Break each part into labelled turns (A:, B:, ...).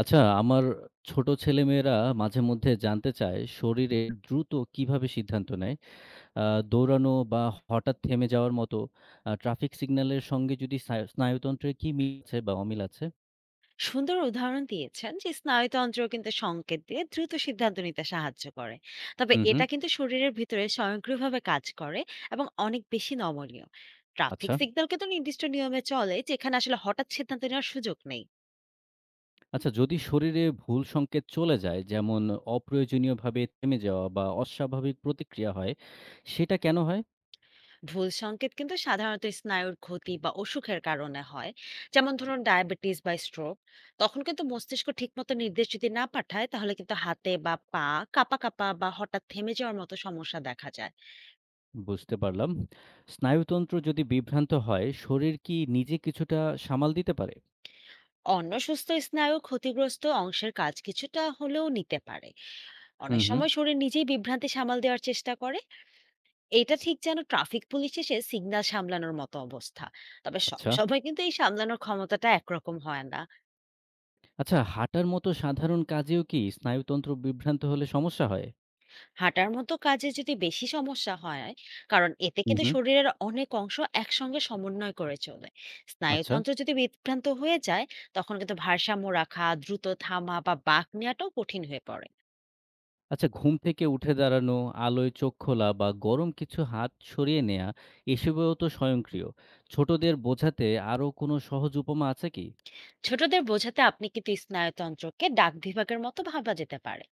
A: আচ্ছা, আমার ছোট ছেলেমেয়েরা মাঝে মধ্যে জানতে চায় শরীরে দ্রুত কিভাবে সিদ্ধান্ত নেয়। আ দৌড়ানো বা হঠাৎ থেমে যাওয়ার মতো ট্রাফিক সিগন্যালের সঙ্গে যদি স্নায়ুতন্ত্রে কি মিল আছে বা অমিল আছে?
B: সুন্দর উদাহরণ দিয়েছেন যে স্নায়ুতন্ত্র কিন্তু সংকেত দিয়ে দ্রুত সিদ্ধান্ত নিতে সাহায্য করে। তবে
A: হুম, হুম।
B: এটা কিন্তু শরীরের ভিতরে স্বয়ংক্রিয়ভাবে কাজ করে এবং অনেক বেশি নমনীয়। ট্রাফিক
A: আচ্ছা।
B: সিগন্যাল কিন্তু নির্দিষ্ট নিয়মে চলে, যেখানে আসলে হঠাৎ সিদ্ধান্ত নেওয়ার সুযোগ নেই।
A: আচ্ছা, যদি শরীরে ভুল সংকেত চলে যায়, যেমন অপ্রয়োজনীয়ভাবে থেমে যাওয়া বা অস্বাভাবিক প্রতিক্রিয়া হয়, সেটা কেন হয়?
B: ভুল সংকেত কিন্তু সাধারণত স্নায়ুর ক্ষতি বা অসুখের কারণে হয়। যেমন ধরুন ডায়াবেটিস বা স্ট্রোক। তখন কিন্তু মস্তিষ্ক ঠিকমতো নির্দেশ যদি না পাঠায়, তাহলে কিন্তু হাতে বা পা কাঁপা কাঁপা বা হঠাৎ থেমে যাওয়ার মতো সমস্যা দেখা যায়।
A: বুঝতে পারলাম। স্নায়ুতন্ত্র যদি বিভ্রান্ত হয় শরীর কি নিজে কিছুটা সামাল দিতে পারে?
B: অন্য সুস্থ স্নায়ু ক্ষতিগ্রস্ত অংশের কাজ কিছুটা হলেও নিতে পারে।
A: হুম,
B: অনেক
A: হুম।
B: সময় শরীর নিজেই বিভ্রান্তি সামাল দেওয়ার চেষ্টা করে। এটা ঠিক যেন ট্রাফিক পুলিশ এসে সিগন্যাল সামলানোর মতো অবস্থা। তবে সব
A: আচ্ছা।
B: সময় কিন্তু এই সামলানোর ক্ষমতাটা একরকম হয় না।
A: আচ্ছা, হাঁটার মতো সাধারণ কাজেও কি স্নায়ুতন্ত্র বিভ্রান্ত হলে সমস্যা হয়?
B: হাঁটার মতো কাজে যদি বেশি সমস্যা হয়, কারণ এতে
A: হুম,
B: কিন্তু
A: হুম।
B: শরীরের অনেক অংশ একসঙ্গে সমন্বয় করে চলে।
A: আচ্ছা।
B: স্নায়ুতন্ত্র যদি বিভ্রান্ত হয়ে যায়, তখন কিন্তু ভারসাম্য রাখা, দ্রুত থামা বা বাঁক নেওয়াটাও কঠিন হয়ে পড়ে।
A: আচ্ছা, ঘুম থেকে উঠে দাঁড়ানো, আলোয় চোখ খোলা বা গরম কিছু হাত সরিয়ে নেয়া এসবেও তো স্বয়ংক্রিয়। ছোটদের বোঝাতে আরো কোনো সহজ উপমা আছে কি?
B: ছোটদের বোঝাতে আপনি কিন্তু স্নায়ুতন্ত্রকে ডাক বিভাগের মতো ভাবা যেতে পারে।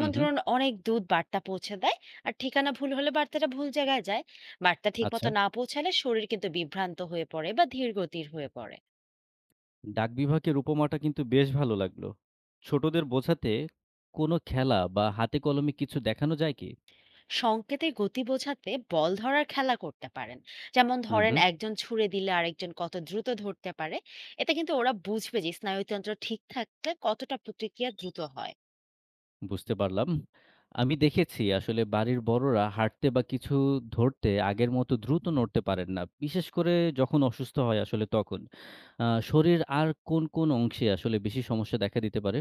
A: হুম, হুম।
B: ধরুন অনেক দুধ বার্তা পৌঁছে দেয়। আর ঠিকানা ভুল হলে বার্তাটা ভুল জায়গায় যায়। বার্তা ঠিক
A: আচ্ছা,
B: মতো না পৌঁছালে শরীর কিন্তু বিভ্রান্ত হয়ে পড়ে বা ধীর গতির হয়ে পড়ে।
A: ডাক বিভাগের উপমাটা কিন্তু বেশ ভালো লাগলো। ছোটদের বোঝাতে কোনো খেলা বা হাতে কলমে কিছু দেখানো যায় কি?
B: সংকেতের গতি বোঝাতে বল ধরার খেলা করতে পারেন। যেমন
A: হুম,
B: ধরেন
A: হুম।
B: একজন ছুড়ে দিলে আরেকজন কত দ্রুত ধরতে পারে। এতে কিন্তু ওরা বুঝবে যে স্নায়ুতন্ত্র ঠিক থাকলে কতটা প্রতিক্রিয়া দ্রুত হয়।
A: বুঝতে পারলাম। আমি দেখেছি আসলে বাড়ির বড়রা হাঁটতে বা কিছু ধরতে আগের মতো দ্রুত নড়তে পারেন না। বিশেষ করে যখন অসুস্থ হয় আসলে তখন। শরীর আর কোন অংশে আসলে বেশি সমস্যা দেখা দিতে পারে?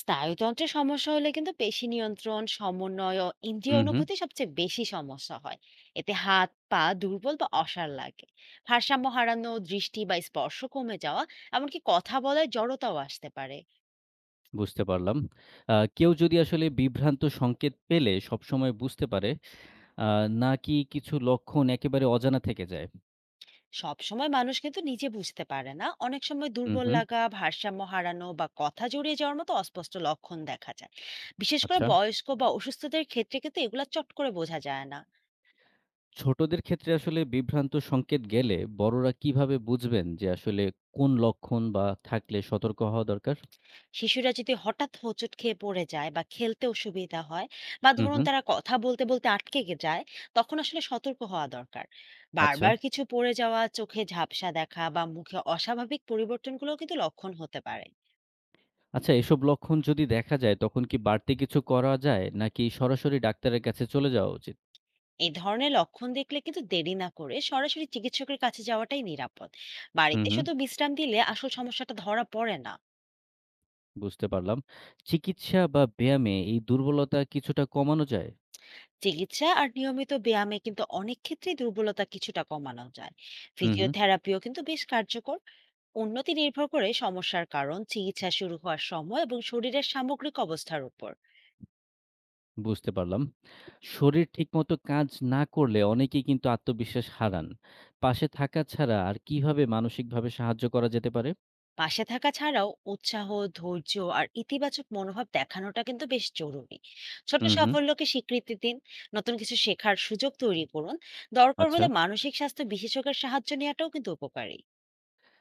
B: স্নায়ুতন্ত্রের সমস্যা হলে কিন্তু পেশি নিয়ন্ত্রণ, সমন্বয় ও ইন্দ্রিয়
A: হুম, হুম।
B: অনুভূতি সবচেয়ে বেশি সমস্যা হয়। এতে হাত পা দুর্বল বা অসাড় লাগে। ভারসাম্য হারানো, দৃষ্টি বা স্পর্শ কমে যাওয়া, এমনকি কথা বলায় জড়তাও আসতে পারে।
A: বুঝতে পারলাম। কেউ যদি আসলে বিভ্রান্ত সংকেত পেলে সবসময় বুঝতে পারে, আ নাকি কিছু লক্ষণ একেবারে অজানা থেকে যায়?
B: সব সময় মানুষ কিন্তু নিজে বুঝতে পারে না। অনেক সময়
A: হুম,
B: দুর্বল
A: হুম।
B: লাগা, ভারসাম্য হারানো বা কথা জড়িয়ে যাওয়ার মতো অস্পষ্ট লক্ষণ দেখা যায়। বিশেষ করে
A: আচ্ছা।
B: বয়স্ক বা অসুস্থদের ক্ষেত্রে কিন্তু এগুলা চট করে বোঝা যায় না।
A: ছোটদের ক্ষেত্রে আসলে বিভ্রান্ত সংকেত গেলে বড়রা কিভাবে বুঝবেন যে আসলে কোন লক্ষণ বা থাকলে সতর্ক হওয়া দরকার?
B: শিশুরা যদি হঠাৎ হোঁচট খেয়ে পড়ে যায় বা খেলতে অসুবিধা হয়, বা
A: হুম,
B: ধরুন
A: হুম।
B: তারা কথা বলতে বলতে যায়, তখন আসলে সতর্ক হওয়া দরকার।
A: আচ্ছা।
B: বারবার কিছু পড়ে যাওয়া, চোখে ঝাপসা দেখা বা মুখে অস্বাভাবিক পরিবর্তনগুলো কিন্তু লক্ষণ হতে পারে।
A: আচ্ছা, এসব লক্ষণ যদি দেখা যায় তখন কি বাড়তি কিছু করা যায় নাকি সরাসরি ডাক্তারের কাছে চলে যাওয়া উচিত?
B: এই ধরনের লক্ষণ দেখলে কিন্তু দেরি না করে সরাসরি চিকিৎসকের কাছে যাওয়াটাই নিরাপদ।
A: হুম,
B: বাড়িতে
A: হুম।
B: শুধু বিশ্রাম দিলে আসল সমস্যাটা ধরা পড়ে না।
A: বুঝতে পারলাম। চিকিৎসা বা ব্যায়ামে এই দুর্বলতা কিছুটা কমানো যায়?
B: চিকিৎসা আর নিয়মিত ব্যায়ামে কিন্তু অনেক ক্ষেত্রেই দুর্বলতা কিছুটা কমানো যায়।
A: হুম, হুম।
B: ফিজিওথেরাপিও কিন্তু বেশ কার্যকর। উন্নতি নির্ভর করে সমস্যার কারণ, চিকিৎসা শুরু হওয়ার সময় এবং শরীরের সামগ্রিক অবস্থার উপর।
A: বুঝতে পারলাম। শরীর ঠিকমতো কাজ না করলে অনেকেই কিন্তু আত্মবিশ্বাস হারান। পাশে থাকা ছাড়া আর কিভাবে মানসিকভাবে সাহায্য করা যেতে পারে?
B: পাশে থাকা ছাড়াও উৎসাহ, ধৈর্য আর ইতিবাচক মনোভাব দেখানোটা কিন্তু বেশ জরুরি। ছোট
A: হুম, হুম।
B: সাফল্যকে স্বীকৃতি দিন, নতুন কিছু শেখার সুযোগ তৈরি করুন। দরকার
A: আচ্ছা।
B: হলে মানসিক স্বাস্থ্য বিশেষজ্ঞের সাহায্য নেওয়াটাও কিন্তু উপকারী।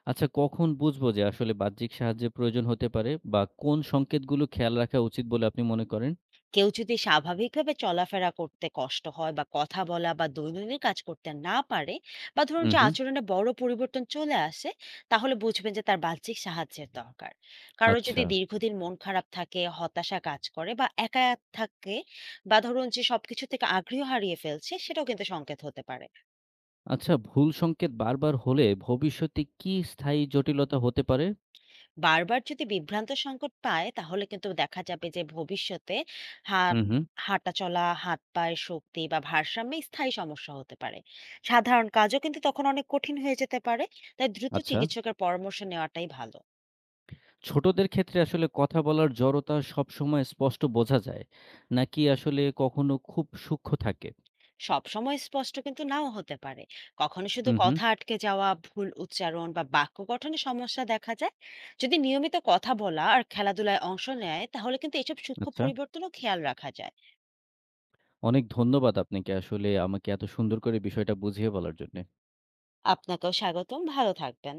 A: আচ্ছা, কখন বুঝবো যে আসলে বাহ্যিক সাহায্যের প্রয়োজন হতে পারে বা কোন সংকেতগুলো খেয়াল রাখা উচিত বলে আপনি মনে করেন?
B: কেউ যদি স্বাভাবিকভাবে চলাফেরা করতে কষ্ট হয় বা কথা বলা বা দৈনন্দিন কাজ করতে না পারে, বা ধরুন
A: হুম,
B: যে
A: হুম।
B: আচরণে বড় পরিবর্তন চলে আসে, তাহলে বুঝবেন যে তার বাহ্যিক সাহায্যের দরকার। কারো যদি
A: আচ্ছা।
B: দীর্ঘদিন মন খারাপ থাকে, হতাশা কাজ করে বা একা থাকে, বা ধরুন যে সবকিছু থেকে আগ্রহ হারিয়ে ফেলছে, সেটাও কিন্তু সংকেত হতে পারে।
A: আচ্ছা, ভুল সংকেত বারবার হলে ভবিষ্যতে কি স্থায়ী জটিলতা হতে পারে?
B: বারবার যদি বিভ্রান্ত সংকট পায়, তাহলে কিন্তু দেখা যাবে যে ভবিষ্যতে হাত,
A: হুম, হুম।
B: হাঁটা চলা, হাত পায়ের শক্তি বা ভারসাম্যে স্থায়ী সমস্যা হতে পারে। সাধারণ কাজও কিন্তু তখন অনেক কঠিন হয়ে যেতে পারে। তাই দ্রুত
A: আচ্ছা।
B: চিকিৎসকের পরামর্শ নেওয়াটাই ভালো।
A: ছোটদের ক্ষেত্রে আসলে কথা বলার জড়তা সবসময় স্পষ্ট বোঝা যায় নাকি আসলে কখনো খুব সূক্ষ্ম থাকে?
B: সবসময় স্পষ্ট কিন্তু নাও হতে পারে। কখনো শুধু
A: হুম, হুম।
B: কথা আটকে যাওয়া, ভুল উচ্চারণ বা বাক্য গঠনে সমস্যা দেখা যায়। যদি নিয়মিত কথা বলা আর খেলাধুলায় অংশ নেয়, তাহলে কিন্তু এসব সূক্ষ্ম
A: আচ্ছা।
B: পরিবর্তনও খেয়াল রাখা যায়।
A: অনেক ধন্যবাদ আপনাকে আসলে আমাকে এত সুন্দর করে বিষয়টা বুঝিয়ে বলার জন্যে।
B: আপনাকেও স্বাগতম, ভালো থাকবেন।